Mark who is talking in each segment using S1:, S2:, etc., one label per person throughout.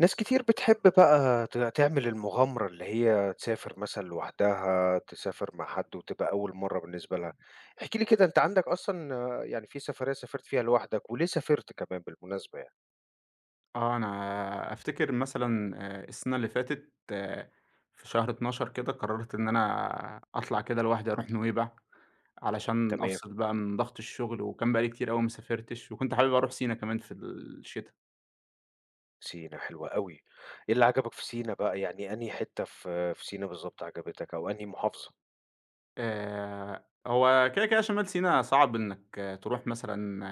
S1: ناس كتير بتحب بقى تعمل المغامرة اللي هي تسافر مثلًا لوحدها، تسافر مع حد وتبقى أول مرّة بالنسبة لها. احكِ لي كده أنت عندك أصلًا يعني في سفرية سافرت فيها لوحدك، وليه سافرت كمان بالمناسبة يعني؟
S2: آه، أنا أفتكر مثلًا السنة اللي فاتت في شهر 12 كده قررت إن أنا أطلع كده لوحدي أروح نويبع، علشان
S1: تمام،
S2: أفصل بقى من ضغط الشغل، وكان بقى لي كتير أوي ما سافرتش، وكنت حابب أروح سينا كمان في الشتا.
S1: سينا حلوة أوي. إيه اللي عجبك في سينا بقى، يعني أنهي حتة في سينا بالضبط عجبتك أو أنهي محافظة؟
S2: هو كده، كده شمال سينا صعب إنك تروح مثلًا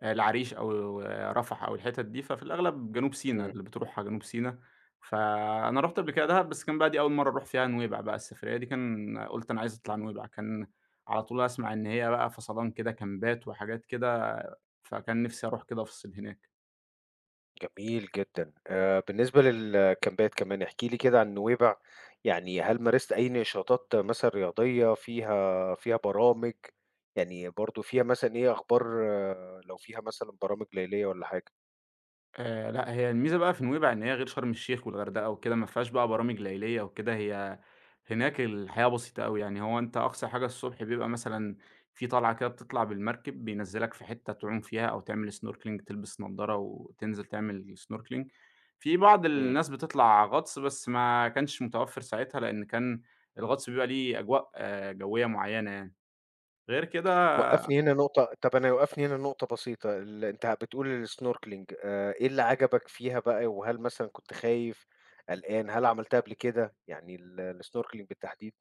S2: العريش أو رفح أو الحتت دي، ففي الأغلب جنوب سينا،
S1: إمم.
S2: اللي بتروحها جنوب سينا. فأنا رُحت قبل كده دهب، بس كان بقى دي أول مرّة أروح فيها نويبع بقى، السفرية دي كان قُلت أنا عايز أطلع نويبع، كان على طول أسمع إن هي بقى فصلان كده كامبات وحاجات كده، فكان نِفْسي أروح كده أفصل هناك.
S1: جميل جدًا. بالنسبة للكامبات كمان، احكي لي كده عن نويبع، يعني هل مارست أي نشاطات مثلًا رياضية فيها برامج، يعني برضه فيها مثلًا إيه أخبار آه، لو فيها مثلًا برامج ليلية والّا حاجة؟
S2: لأ، هي الميزة بقى في نويبع إن هي غير شرم الشيخ والغردقة وكده، ما فيهاش بقى برامج ليلية وكده، هي هناك الحياة بسيطة أوي، يعني هو أنت أقصى حاجة الصبح بيبقى مثلًا في طلعة كده بتطلع بالمركب، بينزّلك في حتة تعوم فيها أو تعمل snorkeling تلبس نضارة وتنزل تعمل snorkeling. في بعض
S1: إمم.
S2: الناس بتطلع غطس، بس ما كانش متوفر ساعتها، لأن كان الغطس بيبقى ليه أجواء جوية معينة يعني. غير كده
S1: وقّفني هنا نقطة طَب أنا وقّفني هنا نقطة بسيطة، أنت بتقول الsnorkeling، إيه اللي عجبك فيها بقى، وهل مثلًا كنت خايف، قلقان، هل عملتها قبل كده، يعني الsnorkeling بالتحديد؟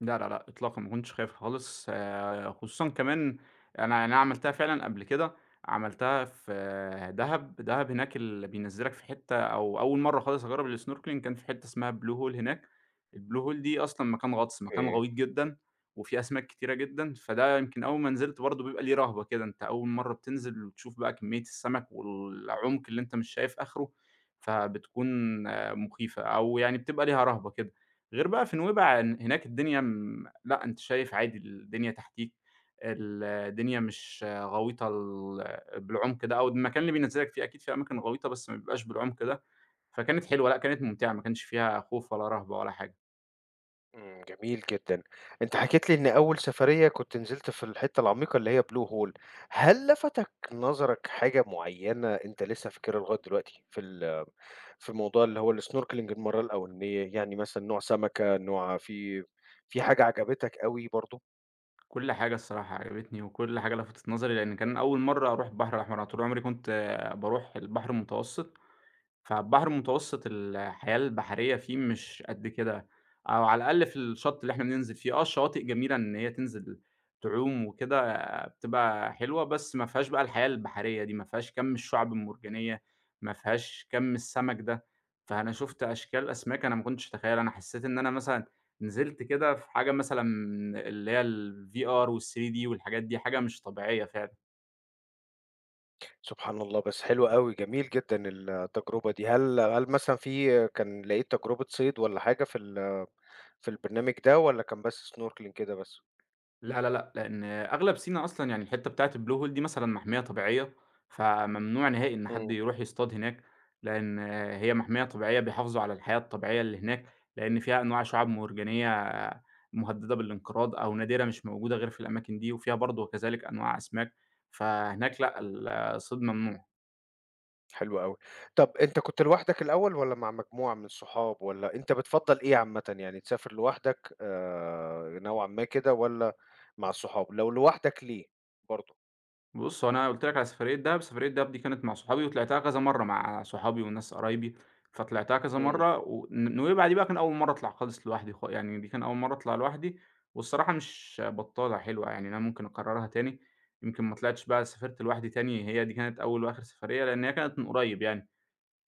S2: لا، لا، لأ، إطلاقًا ما كنتش خايف خالص خصوصًا كمان أنا عملتها فعلًا قبل كده، عملتها في دهب، دهب هناك بينزّلك في حتّة أو أول مرّة خالص أجرّب الsnorkeling كان في حتّة اسمها blue hole هناك، الblue hole دي أصلًا مكان غطس، مكان
S1: أوكي.
S2: غويط جدًا وفيه أسماك كتيرة جدًا، فده يمكن أول ما نزلت برضه بيبقى ليه رهبة كده، أنت أول مرّة بتنزل وتشوف بقى كمية السمك والعمق اللي أنت مش شايف آخره، فبتكون مخيفة أو يعني بتبقى ليها رهبة كده. غير بقى في نويبع إن هناك الدنيا لأ، أنت شايف عادي الدنيا تحتيك، الدنيا مش غويطة بالعمق ده، أو المكان اللي بينزّلك فيه أكيد في أماكن غويطة بس ما بيبقاش بالعمق ده، فكانت حلوة لأ، كانت ممتعة ما كانش فيها خوف ولا رهبة ولا حاجة.
S1: إمم، جميل جدًا. أنت حكيت لي إن أول سفرية كنت نزلت في الحتة العميقة اللي هي blue hole. هل لفتك نظرك حاجة معيّنة أنت لسه فاكرها لغاية دلوقتي في موضوع اللي هو الsnorkeling المرّة الأولانية؟ يعني مثلًا نوع سمكة، نوع في حاجة عجبتك أوي برضه؟
S2: كل حاجة الصراحة عجبتني، وكل حاجة لفتت نظري، لأن كان أول مرّة أروح البحر الأحمر، أنا طول عمري كنت باروح البحر المتوسط. فالبحر المتوسط الحياة البحرية فيه مش قد كده، أو على الأقل في الشط اللي إحنا بننزل فيه، آه الشواطئ جميلة إن هي تنزل تعوم وكده آه، بتبقى حلوة، بس ما فيهاش بقى الحياة البحرية دي، ما فيهاش كم الشعب المرجانية، ما فيهاش كم السمك ده، فأنا شُفت أشكال أسماك أنا ما كنتش أتخيّلها، أنا حسّيت إن أنا مثلًا نزلت كده في حاجة مثلًا اللي هي الVR والThreeD والحاجات دي، حاجة مش طبيعية فعلًا.
S1: سبحان الله، بس حلو أوي، جميل جدًا التجربة دي. هل مثلًا في كان لقيت تجربة صيد والّا حاجة في البرنامج ده والّا كان بس snorkeling كده بس؟
S2: لا، لا، لأ، لأن أغلب سينا أصلًا يعني الحتّة بتاعة الblue hole دي مثلًا محمية طبيعية، فممنوع نهائي إن حد
S1: إمم.
S2: يروح يصطاد هناك، لأن هي محمية طبيعية بيحافظوا على الحياة الطبيعية اللي هناك، لأن فيها أنواع شُعاب مرجانية مهددة بالانقراض أو نادرة مش موجودة غير في الأماكن دي، وفيها برضه كذلك أنواع أسماك، فهناك لأ، الصيد ممنوع.
S1: حلو أوي. طب أنت كنت لوحدك الأول والّا مع مجموعة من الصحاب والّا أنت بتفضّل إيه عامةً، يعني تسافر لوحدك نوعًا ما كده والّا مع الصحاب؟ لو لوحدك ليه برضه؟
S2: بُص، هو أنا قُلت لك على سفرية دهب، سفرية دهب دي كانت مع صحابي وطلعتها كذا مرّة مع صحابي وناس قرايبي، فطلعتها كذا
S1: إمم،
S2: مرّة نويبع دي بقى كان أول مرّة أطلع خالص لوحدي يعني دي كان أول مرّة أطلع لوحدي، والصراحة مش بطّالة حلوة يعني أنا ممكن أكررها تاني، يمكن ما طلعتش بقى سافرت لوحدي تاني، هي دي كانت أول وآخر سفرية لأن هي كانت من قريب يعني.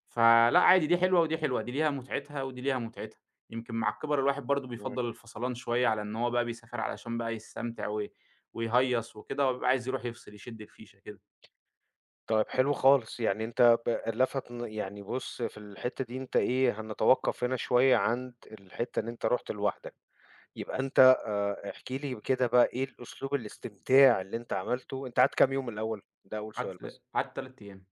S2: فلأ عادي دي حلوة ودي حلوة، دي ليها متعتها ودي ليها متعتها، يمكن مع الكِبَر الواحد برضه
S1: إمم.
S2: بيفضّل الفصلان شوية على إن هو بقى بيسافر علشان بقى يستمتع ويهيّص وكده، وبيبقى عايز يروح يفصل يشد الفيشة كده،
S1: طيب حلو خالص، يعني أنت ب لفت ن يعني بُص في الحتّة دي أنت إيه، هنتوقّف هنا شوية عند الحتّة إن أنت رُحت لوحدك. يبقى أنت احكِ لي كده بقى إيه الأسلوب الاستمتاع اللي أنت عملته، أنت قعدت كام يوم الأول؟ ده أول سؤال بس.
S2: قعدت 3 أيام.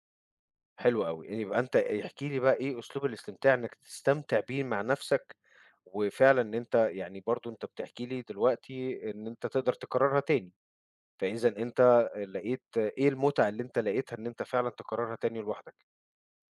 S1: حلو أوي، يبقى أنت احكِ لي بقى إيه أسلوب الاستمتاع إنك تستمتع بيه مع نَفْسك، وفعلًا إن أنت يعني برضه أنت بتحكي لي دلوقتي إن أنت تقدر تكررها تاني، فإذًا أنت لقيت إيه المتعة اللي أنت لقيتها إن أنت فعلًا تكررها تاني لوحدك؟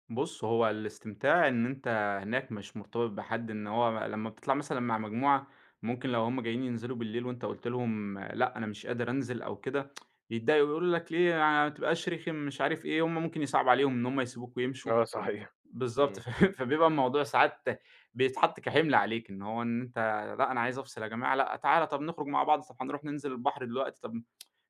S2: بُص، هو الاستمتاع إن أنت هناك مش مرتبط بحد، إن هو لمّا بتطلع مثلًا مع مجموعة ممكن لو هُم جايين ينزلوا بالليل وأنت قُلت لهم لأ أنا مش قادر أنزل أو كده، يتضايقوا يقولوا لك ليه ما تبقاش رخم مش عارف إيه، هُم ممكن يصعب عليهم إن هُم يسيبوك ويمشوا.
S1: آه صحيح.
S2: بالضبط،
S1: إمم،
S2: فبيبقى الموضوع ساعات بيتحط كحِمل عليك، إن هو إن أنت لأ، أنا عايز أفصل يا جماعة، لأ، تعالَ طَب نخرج مع بعض، طَب هنروح ننزل البحر دلوقتي، طَب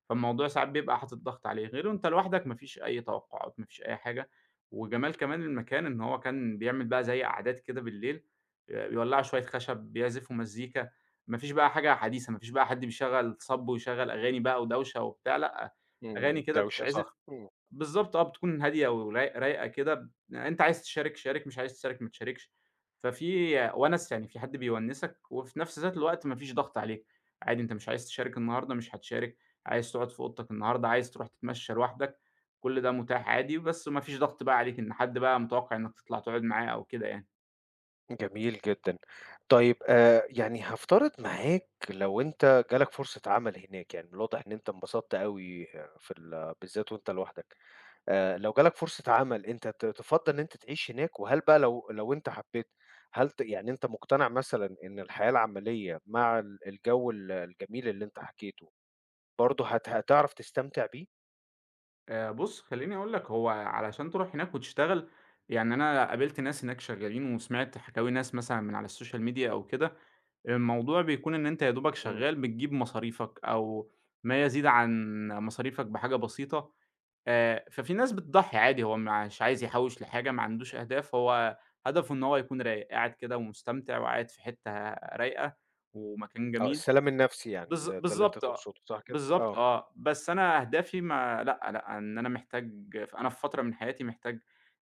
S2: فالموضوع ساعات بيبقى حاطط ضغط عليه، غير وأنت لوحدك ما فيش أي توقُّعات، ما فيش أي حاجة، وجمال كمان المكان إن هو كان بيعمل بقى زي قعدات كده بالليل، بيولّعوا شوية خشب، بيعزفوا مزيكا، ما فيش بقى حاجة حديثة، ما فيش بقى حد بيشغّل صَب ويشغّل أغاني بقى ودوشة وبتاع، لأ،
S1: إمم،
S2: أغاني كده
S1: الدوشة
S2: بتتعزف
S1: صح، إمم،
S2: بالضبط بتكون هادية وراي رايقة كده أنت عايز تشارك شارك، مش عايز تشارك ما تشاركش، ففي ونَس يعني في حد بيونِّسك وفي نفس ذات الوقت ما فيش ضغط عليك، عادي أنت مش عايز تشارك النهارده مش هتشارك، عايز تقعد في أوضتك النهارده، عايز تروح تتمشى لوحدك، كل ده متاح عادي، بس ما فيش ضغط بقى عليك إن حد بقى متوقع إنك تطلع تقعد معاه أو كده يعني.
S1: جميل جدًا. طيب يعني هافترض معاك لو أنت جالك فرصة عمل هناك، يعني الواضح إن أنت انبسطت أوي في ال بالذات وأنت لوحدك. لو جالك فرصة عمل أنت تفضّل إن أنت تعيش هناك؟ وهل بقى لو أنت حبّيت، هل يعني أنت مقتنع مثلًا إن الحياة العملية مع الجو الجميل اللي أنت حكيته، برضه هتعرف تستمتع بيه؟
S2: بُص خلّيني أقول لك هو علشان تروح هناك وتشتغل، يعني أنا قابلت ناس هناك شغالين وسمعت حكاوي ناس مثلًا من على السوشيال ميديا أو كده الموضوع بيكون إن أنت يا دوبك
S1: إمم،
S2: شغال بتجيب مصاريفك أو ما يزيد عن مصاريفك بحاجة بسيطة، ففي ناس بتضحّي عادي هو مش عايز يحوّش لحاجة، ما عندوش أهداف، هو هدفه إن هو يكون رايق، قاعد كده ومستمتع وقاعد في حتة رايقة ومكان
S1: آه،
S2: جميل.
S1: السلام النفسي يعني ده اللي أنت
S2: بالضبط آه،
S1: تقصده صح كده؟
S2: بالضبط
S1: آه،
S2: آه، بس أنا أهدافي ما لأ، لأ، إن أنا محتاج أنا في فترة من حياتي محتاج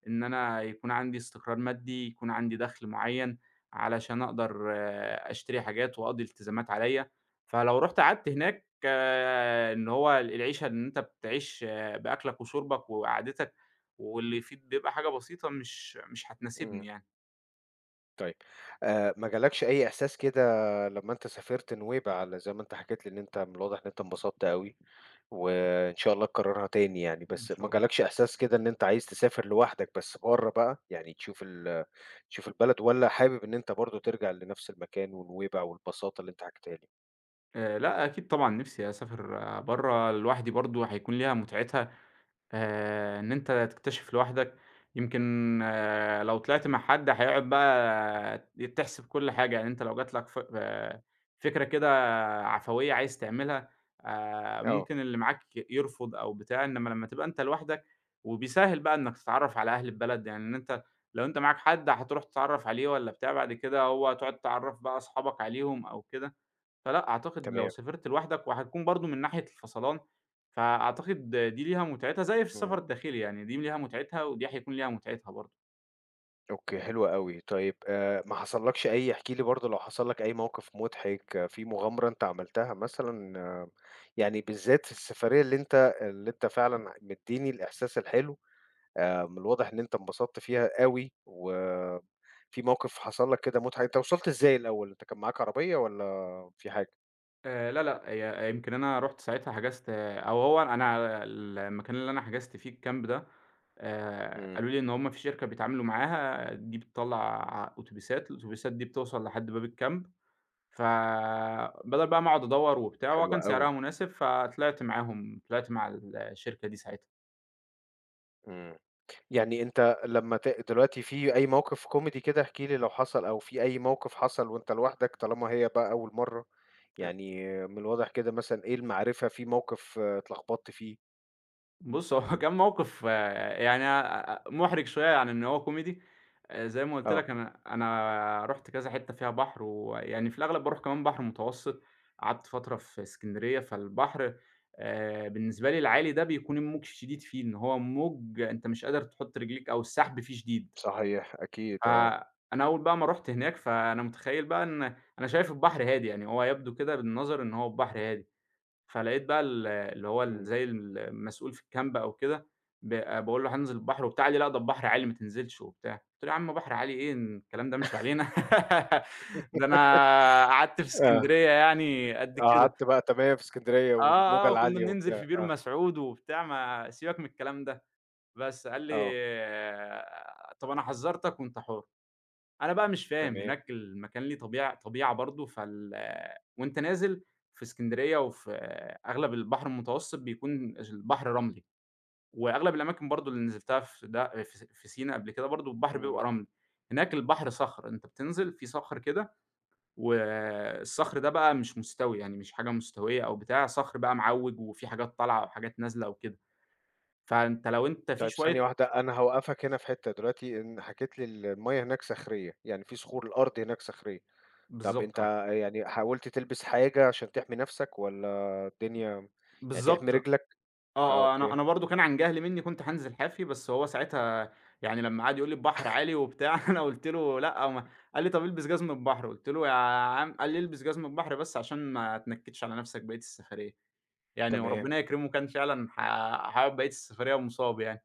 S2: إن أنا يكون عندي استقرار مادي، يكون عندي دخل معيّن، علشان أقدر أشتري حاجات وأقضي التزامات عليَّ، فلو رُحت قعدت هناك إن هو العيشة إن أنت بتعيش بأكلك وشربك وقعدتك، واللي يفيد بيبقى حاجة بسيطة مش
S1: إمم،
S2: هتناسبني يعني.
S1: طيب ما جالكش أي إحساس كده لمّا أنت سافرت نويبع، على زي ما أنت حكيت لي إن أنت من الواضح إن أنت انبسطت أوي؟ وإن شاء الله تكررها تاني يعني،
S2: إن
S1: بس
S2: شاء
S1: ما
S2: الله.
S1: جالكش إحساس كده إن أنت عايز تسافر لوحدك بس برّه بقى، يعني تشوف تشوف البلد، والّا حابب إن أنت برضه ترجع لنفس المكان ونويبع والبساطة اللي أنت حكيتها لي؟
S2: لأ، أكيد طبعًا نِفْسي أسافر برّه لوحدي برضه هيكون ليها متعتها. إن أنت تكتشف لوحدك، يمكن لو طلعت مع حد هيقعد بقى تحسب كل حاجة، يعني أنت لو جات لك ف آه، فكرة كده عفوية عايز تعملها،
S1: آه،
S2: ممكن اللي معاك يرفض أو بتاع، إنما لمّا تبقى أنت لوحدك وبيسهّل بقى إنك تتعرّف على أهل البلد، يعني إن أنت لو أنت معاك حد هتروح تتعرّف عليه والّا بتاع، بعد كده هو تقعد تعرّف بقى أصحابك عليهم أو كده. فلأ، أعتقد لو
S1: تمام،
S2: سافرت لوحدك وهتكون برضه من ناحية الفصلان، فأعتقد دي ليها متعتها زي في
S1: إمم،
S2: السفر الداخلي يعني، دي ليها متعتها ودي هيكون ليها متعتها برضه.
S1: أوكي حلو أوي، طيب ما حصلكش أي، احكِ لي برضه لو حصل لك أي موقف مضحك آه، في مغامرة أنت عملتها مثلًا، آه، يعني بالذات في السفرية اللي أنت فعلًا مدّيني الإحساس الحلو؟ من الواضح إن أنت انبسطت فيها أوي، وفي موقف حصل لك كده مُضحك، أنت وصلت إزاي الأول، أنت كان معاك عربية والّا في حاجة؟
S2: لا، لأ، هي يمكن أنا رُحت ساعتها حجزت أو هو أنا المكان اللي أنا حجزت فيه الcamp ده،
S1: إمم،
S2: قالوا لي إن هم في شركة بيتعاملوا معاها دي بتطلّع أوتوبيسات، الأوتوبيسات دي بتوصل لحد باب الcamp، فبدل بقى ما أقعد أدوّر وبتاع، هو
S1: حلو
S2: كان سعرها
S1: أوي،
S2: مناسب فطلعت معاهم، طلعت مع الشركة دي ساعتها.
S1: إمم، يعني أنت لمّا دلوقتي في أي موقف كوميدي كده احكِ لي لو حصل، أو في أي موقف حصل وأنت لوحدك طالما هي بقى أول مرّة، يعني من الواضح كده مثلًا إيه المعرفة في موقف آه، اتلخبطت فيه؟
S2: بُص، هو كان موقف يعني أ أ مُحرِج شوية عن إن هو كوميدي، زي ما قُلت
S1: آه،
S2: لك أنا رُحت كذا حتّة فيها بحر، ويعني في الأغلب باروح كمان بحر متوسّط، قعدت فترة في إسكندرية، فالبحر بالنسبة لي العالي ده بيكون الموج شديد فيه، إن هو موج أنت مش قادر تحُط رجليك أو السحب فيه شديد،
S1: صحيح أكيد آه،
S2: فأنا أول بقى ما رُحت هناك، فأنا متخيّل بقى إن أنا شايف البحر هادي، يعني هو يبدو كده بالنظر إن هو البحر هادي. فلقيت بقى اللي هو
S1: إمم،
S2: زي المسؤول في الكامب أو كده ب باقول له: "هانزل البحر" وبتاع، قال لي: "لأ، ده البحر عالي ما تنزلش" وبتاع. قُلت له: "يا عم بحر عالي إيه، الكلام ده مش علينا ده أنا قعدت في
S1: آه،
S2: إسكندرية يعني قد كده."
S1: قعدت بقى تمام في إسكندرية والموجة
S2: آه، آه، وكنا
S1: العالية
S2: بننزل
S1: وبتاع،
S2: في بير
S1: آه،
S2: مسعود وبتاع، ما سيبك من الكلام ده. بس قال لي:
S1: آه،
S2: "طَب أنا حذّرتك وأنت حُر." أنا بقى مش فاهم،
S1: تمام.
S2: هناك المكان ليه طبيعة برضه، وأنت نازل في إسكندرية وفي أغلب البحر المتوسط بيكون البحر رملي، وأغلب الأماكن برضه اللي نزلتها في ده في سينا قبل كده برضه البحر
S1: إمم.
S2: بيبقى رملي، هناك البحر صخر، أنت بتنزل في صخر كده والصخر ده بقى مش مستوي، يعني مش حاجة مستوية أو بتاع، صخر بقى معوِّج وفي حاجات طالعة وحاجات نازلة وكده، فأنت لو أنت في
S1: طيب ثانية
S2: شوية
S1: واحدة، أنا هاوقّفك هنا في حتّة دلوقتي، إن حكيت لي المَيّة هناك صخرية، يعني في صخور، الأرض هناك صخرية. طب أنت
S2: بالضبط
S1: يعني حاولت تلبس حاجة عشان تحمي نَفْسك والّا الدنيا يعني تحمي
S2: بالضبط.
S1: رجلك؟ آه،
S2: آه، آه، أنا
S1: أوكي،
S2: أنا برضه كان عن جهل منّي كنت هانزل حافي، بس هو ساعتها يعني لمّا قعد يقول لي البحر عالي وبتاع، أنا قُلت له لأ ما قال لي: "طَب البس جزمة البحر." قُلت له: "يا عم" قال لي: "البس جزمة البحر بس عشان ما تنكدش على نَفْسك بقية السفرية." يعني
S1: تمام،
S2: وربنا يكرمه كان فعلًا هاقعد بقية السفرية مصاب يعني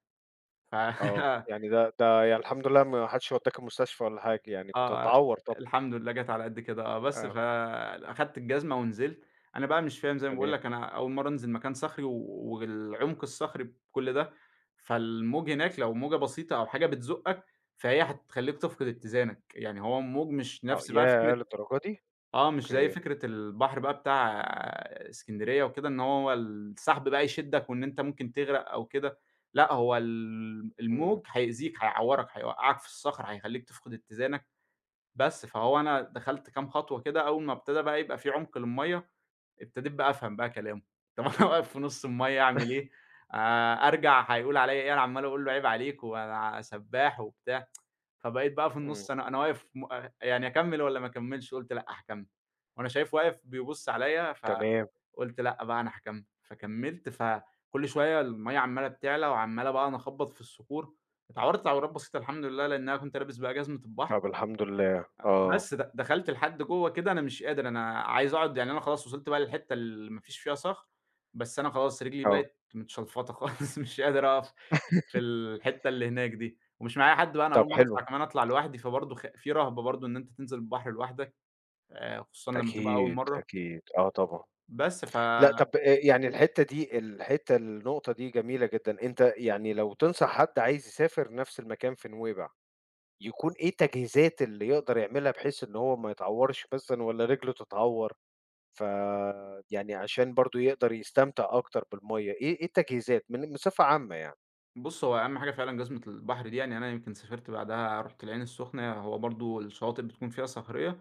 S2: ف
S1: آه. يعني ده ده يعني الحمد لله ما حدش ودّاك المستشفى ولا حاجة، يعني كنت
S2: آه،
S1: هتعوّر طبعًا.
S2: الحمد لله جات على قد كده بس
S1: آه،
S2: فأخدت الجزمة ونزلت، أنا بقى مش فاهم زي ما باقول
S1: تمام.
S2: لك أنا أول مرّة أنزل مكان صخري والعمق الصخري بكل ده، فالموج هناك لو موجة بسيطة أو حاجة بتزُقّك، فهي هتخلّيك تفقد اتزانك، يعني هو الموج مش
S1: آه،
S2: نفس بقى
S1: ياه!
S2: فكرة
S1: للدرجة دي!
S2: مش زي
S1: أوكي.
S2: فكرة البحر بقى بتاع إسكندرية وكده إن هو السحب بقى يشدّك وإن أنت ممكن تغرق أو كده، لأ هو
S1: إمم.
S2: الموج هيأذيك، هيعوّرك، هيوقّعك في الصخر، هيخلّيك تفقد اتزانك. بس، فهو أنا دخلت كام خطوة كده، أول ما ابتدى بقى يبقى في عمق للمَيّة، ابتديت بقى أفهم بقى كلامه، طب أنا واقف في نُص المَيّة أعمل إيه، أرجع هيقول عليَّ إيه، أنا عمّال أقول له عيب عليك وأنا سبّاح وبتاع، فبقيت بقى في
S1: إمم،
S2: النُص أنا واقف م آه، يعني أكمّل والّا ما أكمّلش، قُلت لأ هاكمّل، وأنا شايفه واقف بيبُص عليَّ،
S1: تمام.
S2: فقُلت لأ بقى أنا هاكمّل، فكمّلت، فكل شوية المَيّة عمّالة بتعلى وعمّالة بقى أنا أخبّط في الصخور، اتعورت تعورات بسيطة الحمد لله، لإن أنا كنت لابس بقى جزمة البحر.
S1: طب الحمد لله. آه،
S2: بس دخلت لحد جوّه كده أنا مش قادر، أنا عايز أقعد يعني أنا خلاص وصلت بقى للحتة اللي ما فيش فيها صخر، بس أنا خلاص رجلي
S1: آه.
S2: بقت متشلفطة خالص مش قادر أقف في الحتة اللي هناك دي، ومش معايا حد بقى أنا
S1: طب
S2: أول مرّة
S1: حلو.
S2: أطلع كمان أطلع لوحدي، فبرضه في رهبة برضه إن أنت تنزل البحر لوحدك، خصوصًا لمّا تبقى أول
S1: أكيد،
S2: مرّة،
S1: أكيد. آه طبعًا.
S2: بس
S1: لأ،
S2: فبُص
S1: طب يعني الحتّة دي الحتّة، النقطة دي جميلة جدًا، أنت يعني لو تنصح حد عايز يسافر نفس المكان في نويبع، يكون إيه التجهيزات اللي يقدر يعملها بحيث إن هو ما يتعورش مثلًا والّا رجله تتعور، ف يعني عشان برضه يقدر يستمتع أكتر بالمَيّة، إيه إيه التجهيزات من بصفة عامة يعني؟
S2: هو أهم حاجة فعلًا جزمة البحر دي، يعني أنا يمكن سافرت بعدها رُحت العين السخنة، هو برضه الشواطئ بتكون فيها صخرية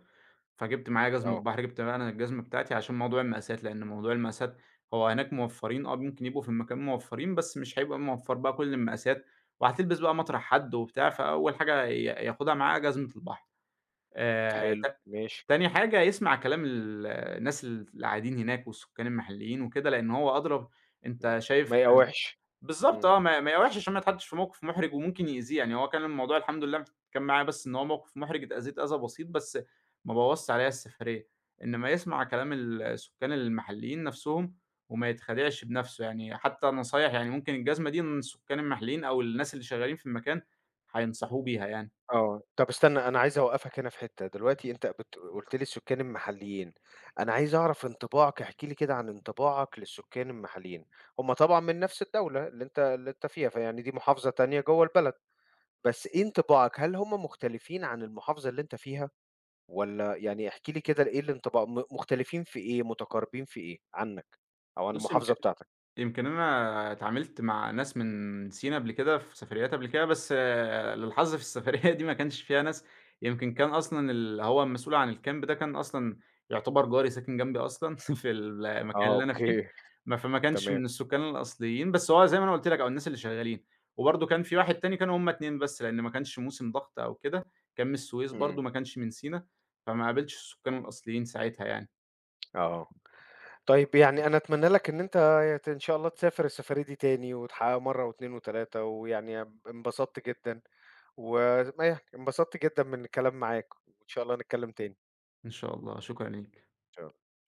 S2: فجِبت معايا جزمة
S1: آه،
S2: بحر، جِبت بقى أنا الجزمة بتاعتي عشان موضوع المقاسات، لإن موضوع المقاسات هو هناك موفّرين ممكن يبقوا في المكان موفّرين، بس مش هيبقى موفّر بقى كل المقاسات، وهتلبس بقى مطرح حد وبتاع، فأول حاجة ياخدها معاه جزمة البحر.
S1: حلو،
S2: ت
S1: ماشي،
S2: تاني حاجة يسمع كلام الناس القاعدين هناك والسكان المحليين وكده، لإن هو أدرى أنت
S1: إمم،
S2: شايف
S1: ما يقاوحش،
S2: بالضبط
S1: إمم،
S2: ما يقاوحش عشان ما يتحطش في موقف محرج وممكن يأذيه، يعني هو كان الموضوع الحمد لله كان معايا بس إن هو موقف محرج اتأذيت أذى بسيط، بس ما بوظش عليّا السفرية، إنما يسمع كلام
S1: إمم.
S2: السكان المحليين نفسهم وما يتخدعش بنفسه، يعني حتى نصايح يعني ممكن الجزمة دي إن السكان المحليين أو الناس اللي شغالين في المكان هينصحوه بيها يعني.
S1: آه، طب استنى أنا عايز أوقّفك هنا في حتّة، دلوقتي أنت قُلت لي السكان المحليين، أنا عايز أعرف انطباعك، احكِ لي كده عن انطباعك للسكان المحليين، هُم طبعًا من نفس الدولة اللي أنت اللي أنت فيها، فيعني دي محافظة تانية جوّه البلد، بس إيه انطباعك، هل هُم مختلفين عن المحافظة اللي أنت فيها، والّا يعني احكِ لي كده إيه الانطباع، مختلفين في إيه، متقاربين في إيه عنّك أو عن
S2: بُص
S1: المحافظة
S2: يمكن
S1: بتاعتك؟
S2: أنا اتعاملت مع ناس من سينا قبل كده في سفريات قبل كده، بس للحظ في السفرية دي ما كانش فيها ناس، يمكن كان أصلًا اللي هو المسؤول عن الكامب ده كان أصلًا يعتبر جاري ساكن جنبي أصلًا في المكان
S1: آه،
S2: اللي أنا فيه،
S1: أوكي،
S2: ما فما كانش
S1: تمام،
S2: من السكان الأصليين، بس هو زي ما أنا قُلت لك أو الناس اللي شغالين، وبرضه كان في واحد تاني كانوا هُم 2 بس، لأن ما كانش موسم ضغط أو كده، كان من السويس
S1: إمم،
S2: برضه ما كانش من سينا، فما قابلتش السكان الأصليين ساعتها يعني.
S1: آه. طيب يعني أنا أتمنى لك إن أنت إن شاء الله تسافر السفرية دي تاني، وتحققها مرة و2 و3 ويعني انبسطت جدًا، و ما يعني انبسطت جدًا من الكلام معاك، وإن شاء الله نتكلم تاني.
S2: إن شاء الله، شكرًا ليك.
S1: إن شاء